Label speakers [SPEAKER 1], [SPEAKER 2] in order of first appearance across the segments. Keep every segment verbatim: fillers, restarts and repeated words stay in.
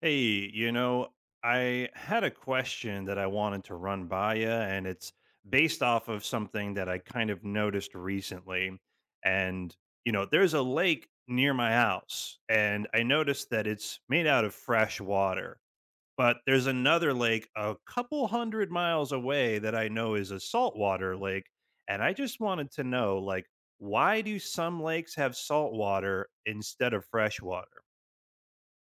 [SPEAKER 1] Hey, you know, I had a question that I wanted to run by you, and it's based off of something that I kind of noticed recently. And, you know, there's a lake near my house, and I noticed that it's made out of fresh water. But there's another lake a couple hundred miles away that I know is a saltwater lake. And I just wanted to know, like, why do some lakes have salt water instead of fresh water?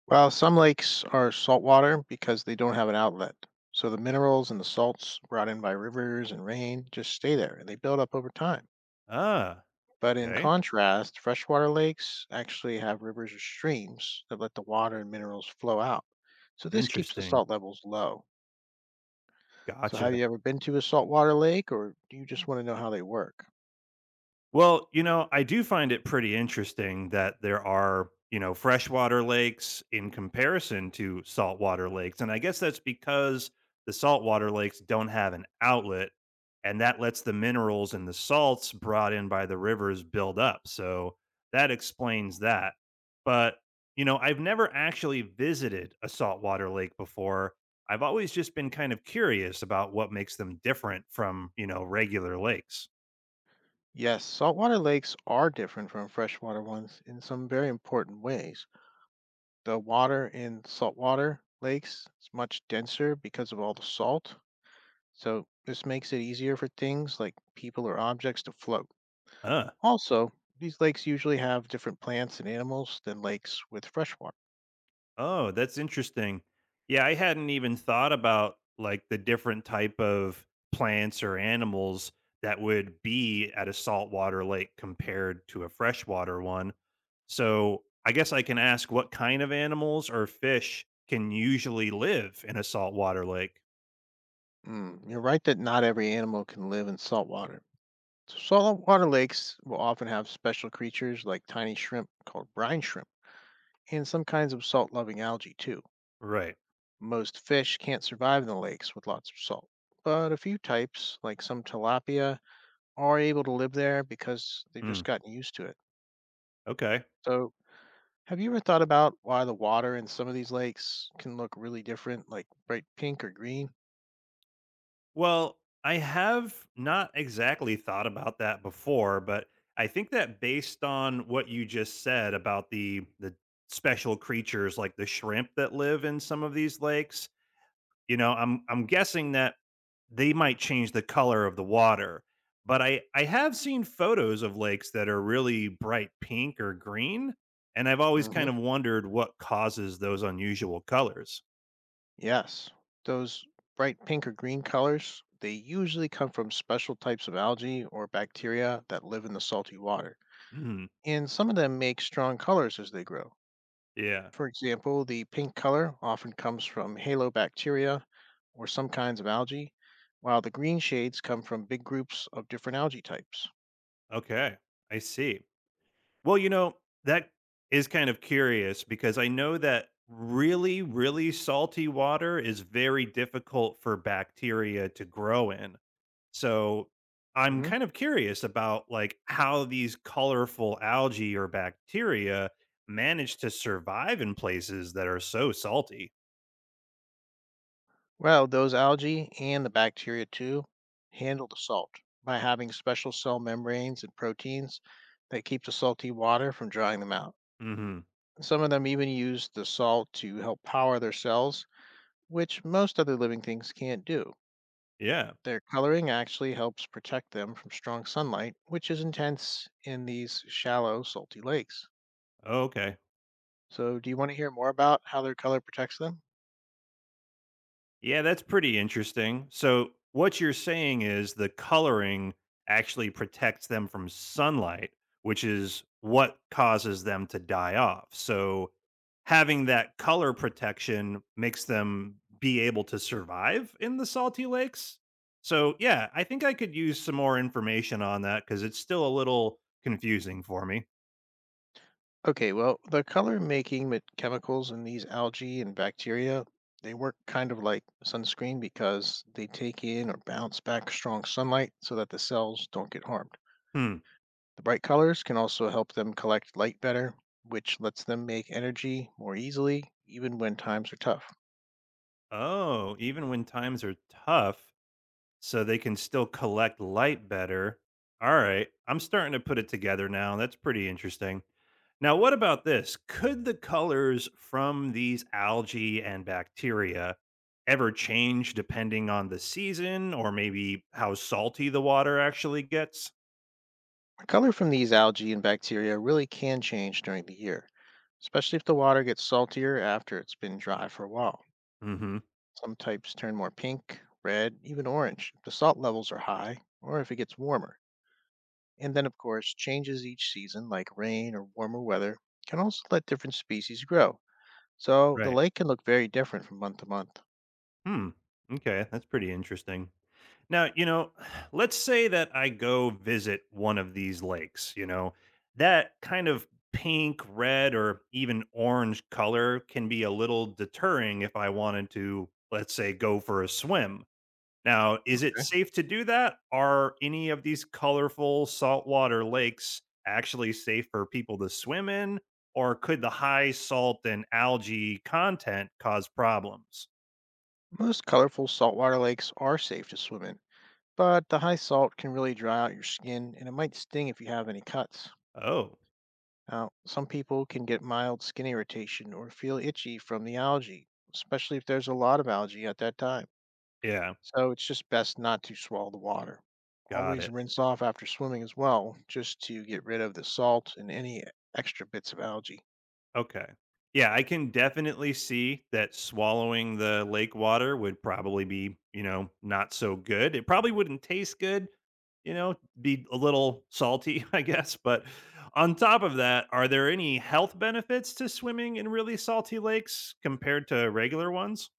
[SPEAKER 2] Well, some lakes are saltwater because they don't have an outlet. So the minerals and the salts brought in by rivers and rain just stay there and they build up over time.
[SPEAKER 1] Ah,
[SPEAKER 2] But in
[SPEAKER 1] okay.
[SPEAKER 2] contrast, freshwater lakes actually have rivers or streams that let the water and minerals flow out. So this keeps the
[SPEAKER 1] Interesting.
[SPEAKER 2] salt levels low. So have
[SPEAKER 1] Gotcha.
[SPEAKER 2] you ever been to a saltwater lake or do you just want to know how they work?
[SPEAKER 1] Well, you know, I do find it pretty interesting that there are, you know, freshwater lakes in comparison to saltwater lakes. And I guess that's because the saltwater lakes don't have an outlet and that lets the minerals and the salts brought in by the rivers build up. So that explains that. But, you know, I've never actually visited a saltwater lake before. I've always just been kind of curious about what makes them different from, you know, regular lakes.
[SPEAKER 2] Yes, saltwater lakes are different from freshwater ones in some very important ways. The water in saltwater lakes is much denser because of all the salt, so this makes it easier for things like people or objects to float.
[SPEAKER 1] Huh?
[SPEAKER 2] Also, these lakes usually have different plants and animals than lakes with fresh water.
[SPEAKER 1] Oh, that's interesting. Yeah, I hadn't even thought about like the different type of plants or animals that would be at a saltwater lake compared to a freshwater one. So, I guess I can ask what kind of animals or fish can usually live in a saltwater lake?
[SPEAKER 2] Mm, you're right that not every animal can live in saltwater. So saltwater lakes will often have special creatures like tiny shrimp called brine shrimp and some kinds of salt loving algae, too.
[SPEAKER 1] Right.
[SPEAKER 2] Most fish can't survive in the lakes with lots of salt, but a few types, like some tilapia are able to live there because they've
[SPEAKER 1] Mm,
[SPEAKER 2] just gotten used to it.
[SPEAKER 1] okay.
[SPEAKER 2] So, have you ever thought about why the water in some of these lakes can look really different, like bright pink or green?
[SPEAKER 1] Well, I have not exactly thought about that before, but I think that based on what you just said about the the special creatures like the shrimp that live in some of these lakes, you know, I'm I'm guessing that they might change the color of the water. But I I have seen photos of lakes that are really bright pink or green, and I've always
[SPEAKER 2] Hmm.
[SPEAKER 1] kind of wondered what causes those unusual colors.
[SPEAKER 2] Yes, those bright pink or green colors, they usually come from special types of algae or bacteria that live in the salty water.
[SPEAKER 1] Mhm.
[SPEAKER 2] And some of them make strong colors as they grow.
[SPEAKER 1] Yeah.
[SPEAKER 2] For example, the pink color often comes from halobacteria or some kinds of algae, while the green shades come from big groups of different algae types.
[SPEAKER 1] Okay. I see. Well, you know, that is kind of curious because I know that really, really salty water is very difficult for bacteria to grow in. So I'm
[SPEAKER 2] Hmm.
[SPEAKER 1] kind of curious about like how these colorful algae or bacteria manage to survive in places that are so salty.
[SPEAKER 2] Well, those algae and the bacteria too handle the salt by having special cell membranes and proteins that keep the salty water from drying them out.
[SPEAKER 1] Hmm.
[SPEAKER 2] Some of them even use the salt to help power their cells, which most other living things can't do.
[SPEAKER 1] Yeah.
[SPEAKER 2] Their coloring actually helps protect them from strong sunlight, which is intense in these shallow, salty lakes.
[SPEAKER 1] Okay.
[SPEAKER 2] So, do you want to hear more about how their color protects them?
[SPEAKER 1] Yeah, that's pretty interesting. So, what you're saying is the coloring actually protects them from sunlight, which is what causes them to die off. So, having that color protection makes them be able to survive in the salty lakes. So, yeah, I think I could use some more information on that because it's still a little confusing for me.
[SPEAKER 2] Okay, well, the color making mit- chemicals in these algae and bacteria, they work kind of like sunscreen because they take in or bounce back strong sunlight so that the cells don't get harmed.
[SPEAKER 1] Hmm.
[SPEAKER 2] The bright colors can also help them collect light better, which lets them make energy more easily, even when times are tough.
[SPEAKER 1] Oh, even when times are tough, so they can still collect light better. All right, I'm starting to put it together now. That's pretty interesting. Now, what about this? Could the colors from these algae and bacteria ever change depending on the season or maybe how salty the water actually gets?
[SPEAKER 2] Color from these algae and bacteria really can change during the year, especially if the water gets saltier after it's been dry for a while.
[SPEAKER 1] Hmm.
[SPEAKER 2] Some types turn more pink, red, even orange if the salt levels are high or if it gets warmer. And then, of course, changes each season, like rain or warmer weather, can also let different species grow. So the
[SPEAKER 1] Right.
[SPEAKER 2] lake can look very different from month to month.
[SPEAKER 1] Hmm. Okay, that's pretty interesting. Now, you know, let's say that I go visit one of these lakes, you know, that kind of pink, red, or even orange color can be a little deterring if I wanted to, let's say, go for a swim. Now, is it
[SPEAKER 2] Okay.
[SPEAKER 1] safe to do that? Are any of these colorful saltwater lakes actually safe for people to swim in? Or could the high salt and algae content cause problems?
[SPEAKER 2] Most colorful saltwater lakes are safe to swim in, but the high salt can really dry out your skin and it might sting if you have any cuts.
[SPEAKER 1] Oh,
[SPEAKER 2] Now, some people can get mild skin irritation or feel itchy from the algae, especially if there's a lot of algae at that time.
[SPEAKER 1] yeah,
[SPEAKER 2] So it's just best not to swallow the water.
[SPEAKER 1] got
[SPEAKER 2] Always
[SPEAKER 1] it.
[SPEAKER 2] rinse off after swimming as well, just to get rid of the salt and any extra bits of algae.
[SPEAKER 1] Okay. Yeah, I can definitely see that swallowing the lake water would probably be, you know, not so good. It probably wouldn't taste good, you know, be a little salty, I guess. But on top of that, are there any health benefits to swimming in really salty lakes compared to regular ones?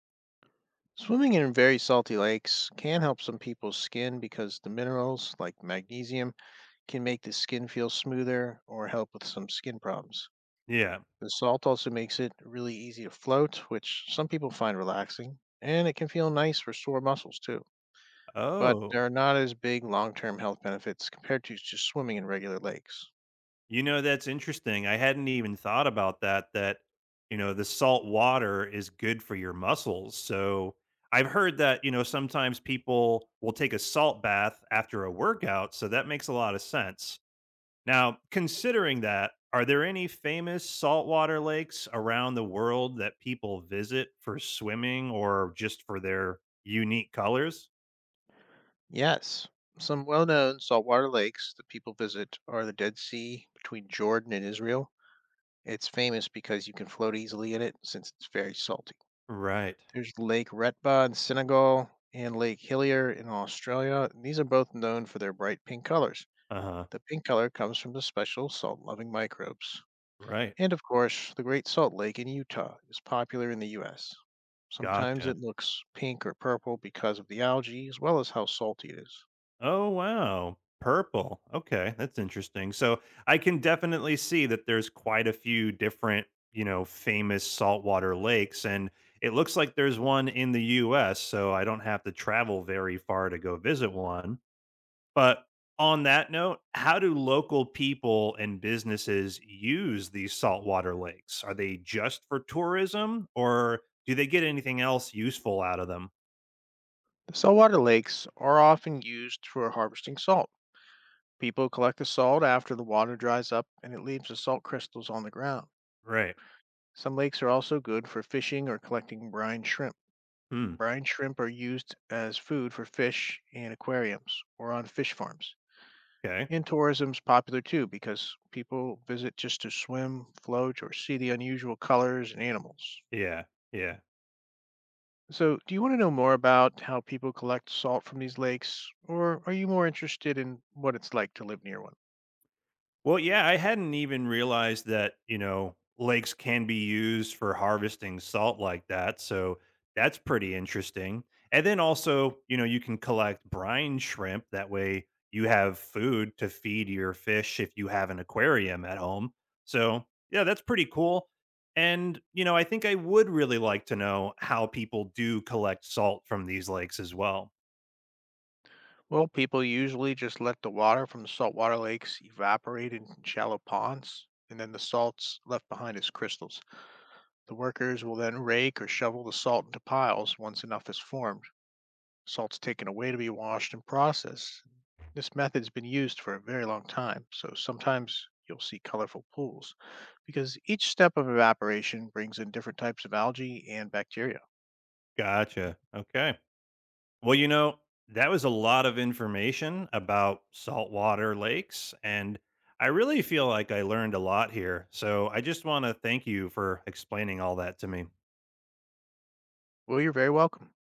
[SPEAKER 2] Swimming in very salty lakes can help some people's skin because the minerals, like magnesium, can make the skin feel smoother or help with some skin problems.
[SPEAKER 1] Yeah.
[SPEAKER 2] The salt also makes it really easy to float, which some people find relaxing, and it can feel nice for sore muscles too. But there
[SPEAKER 1] Oh.
[SPEAKER 2] are not as big long term health benefits compared to just swimming in regular lakes.
[SPEAKER 1] You know, that's interesting. I hadn't even thought about that, that, you know, the salt water is good for your muscles. So I've heard that, you know, sometimes people will take a salt bath after a workout. So that makes a lot of sense. Now, considering that, are there any famous saltwater lakes around the world that people visit for swimming or just for their unique colors?
[SPEAKER 2] Yes, some well known saltwater lakes that people visit are the Dead Sea between Jordan and Israel. It's famous because you can float easily in it since it's very salty.
[SPEAKER 1] Right.
[SPEAKER 2] There's Lake Retba in Senegal and Lake Hillier in Australia. And These are both known for their bright pink colors.
[SPEAKER 1] Uh huh.
[SPEAKER 2] The pink color comes from the special salt loving microbes.
[SPEAKER 1] Right.
[SPEAKER 2] And of course, the Great Salt Lake in Utah is popular in the U S. Sometimes
[SPEAKER 1] Gotcha.
[SPEAKER 2] it looks pink or purple because of the algae as well as how salty it is.
[SPEAKER 1] Oh wow, purple. Okay, that's interesting. So I can definitely see that there's quite a few different, you know, famous saltwater lakes, and it looks like there's one in the U S. So I don't have to travel very far to go visit one. But on that note, how do local people and businesses use these saltwater lakes? Are they just for tourism, or do they get anything else useful out of them?
[SPEAKER 2] The saltwater lakes are often used for harvesting salt. People collect the salt after the water dries up and it leaves the salt crystals on the ground.
[SPEAKER 1] Right.
[SPEAKER 2] Some lakes are also good for fishing or collecting brine shrimp.
[SPEAKER 1] Hmm.
[SPEAKER 2] Brine shrimp are used as food for fish in aquariums or on fish farms.
[SPEAKER 1] Okay.
[SPEAKER 2] And tourism's popular too because people visit just to swim, float, or see the unusual colors and animals.
[SPEAKER 1] Yeah. Yeah.
[SPEAKER 2] So, do you want to know more about how people collect salt from these lakes, or are you more interested in what it's like to live near one?
[SPEAKER 1] Well, yeah, I hadn't even realized that, you know, lakes can be used for harvesting salt like that. So that's pretty interesting. And then also, you know, you can collect brine shrimp. That way you have food to feed your fish if you have an aquarium at home. So, yeah, that's pretty cool. And, you know, I think I would really like to know how people do collect salt from these lakes as well.
[SPEAKER 2] Well, people usually just let the water from the saltwater lakes evaporate in shallow ponds, and then the salt's left behind as crystals. The workers will then rake or shovel the salt into piles once enough is formed. Salt's taken away to be washed and processed. This method's been used for a very long time, so sometimes you'll see colorful pools because each step of evaporation brings in different types of algae and bacteria.
[SPEAKER 1] Gotcha. Okay. Well, you know, that was a lot of information about saltwater lakes, and I really feel like I learned a lot here. So I just want to thank you for explaining all that to me.
[SPEAKER 2] Well, you're very welcome.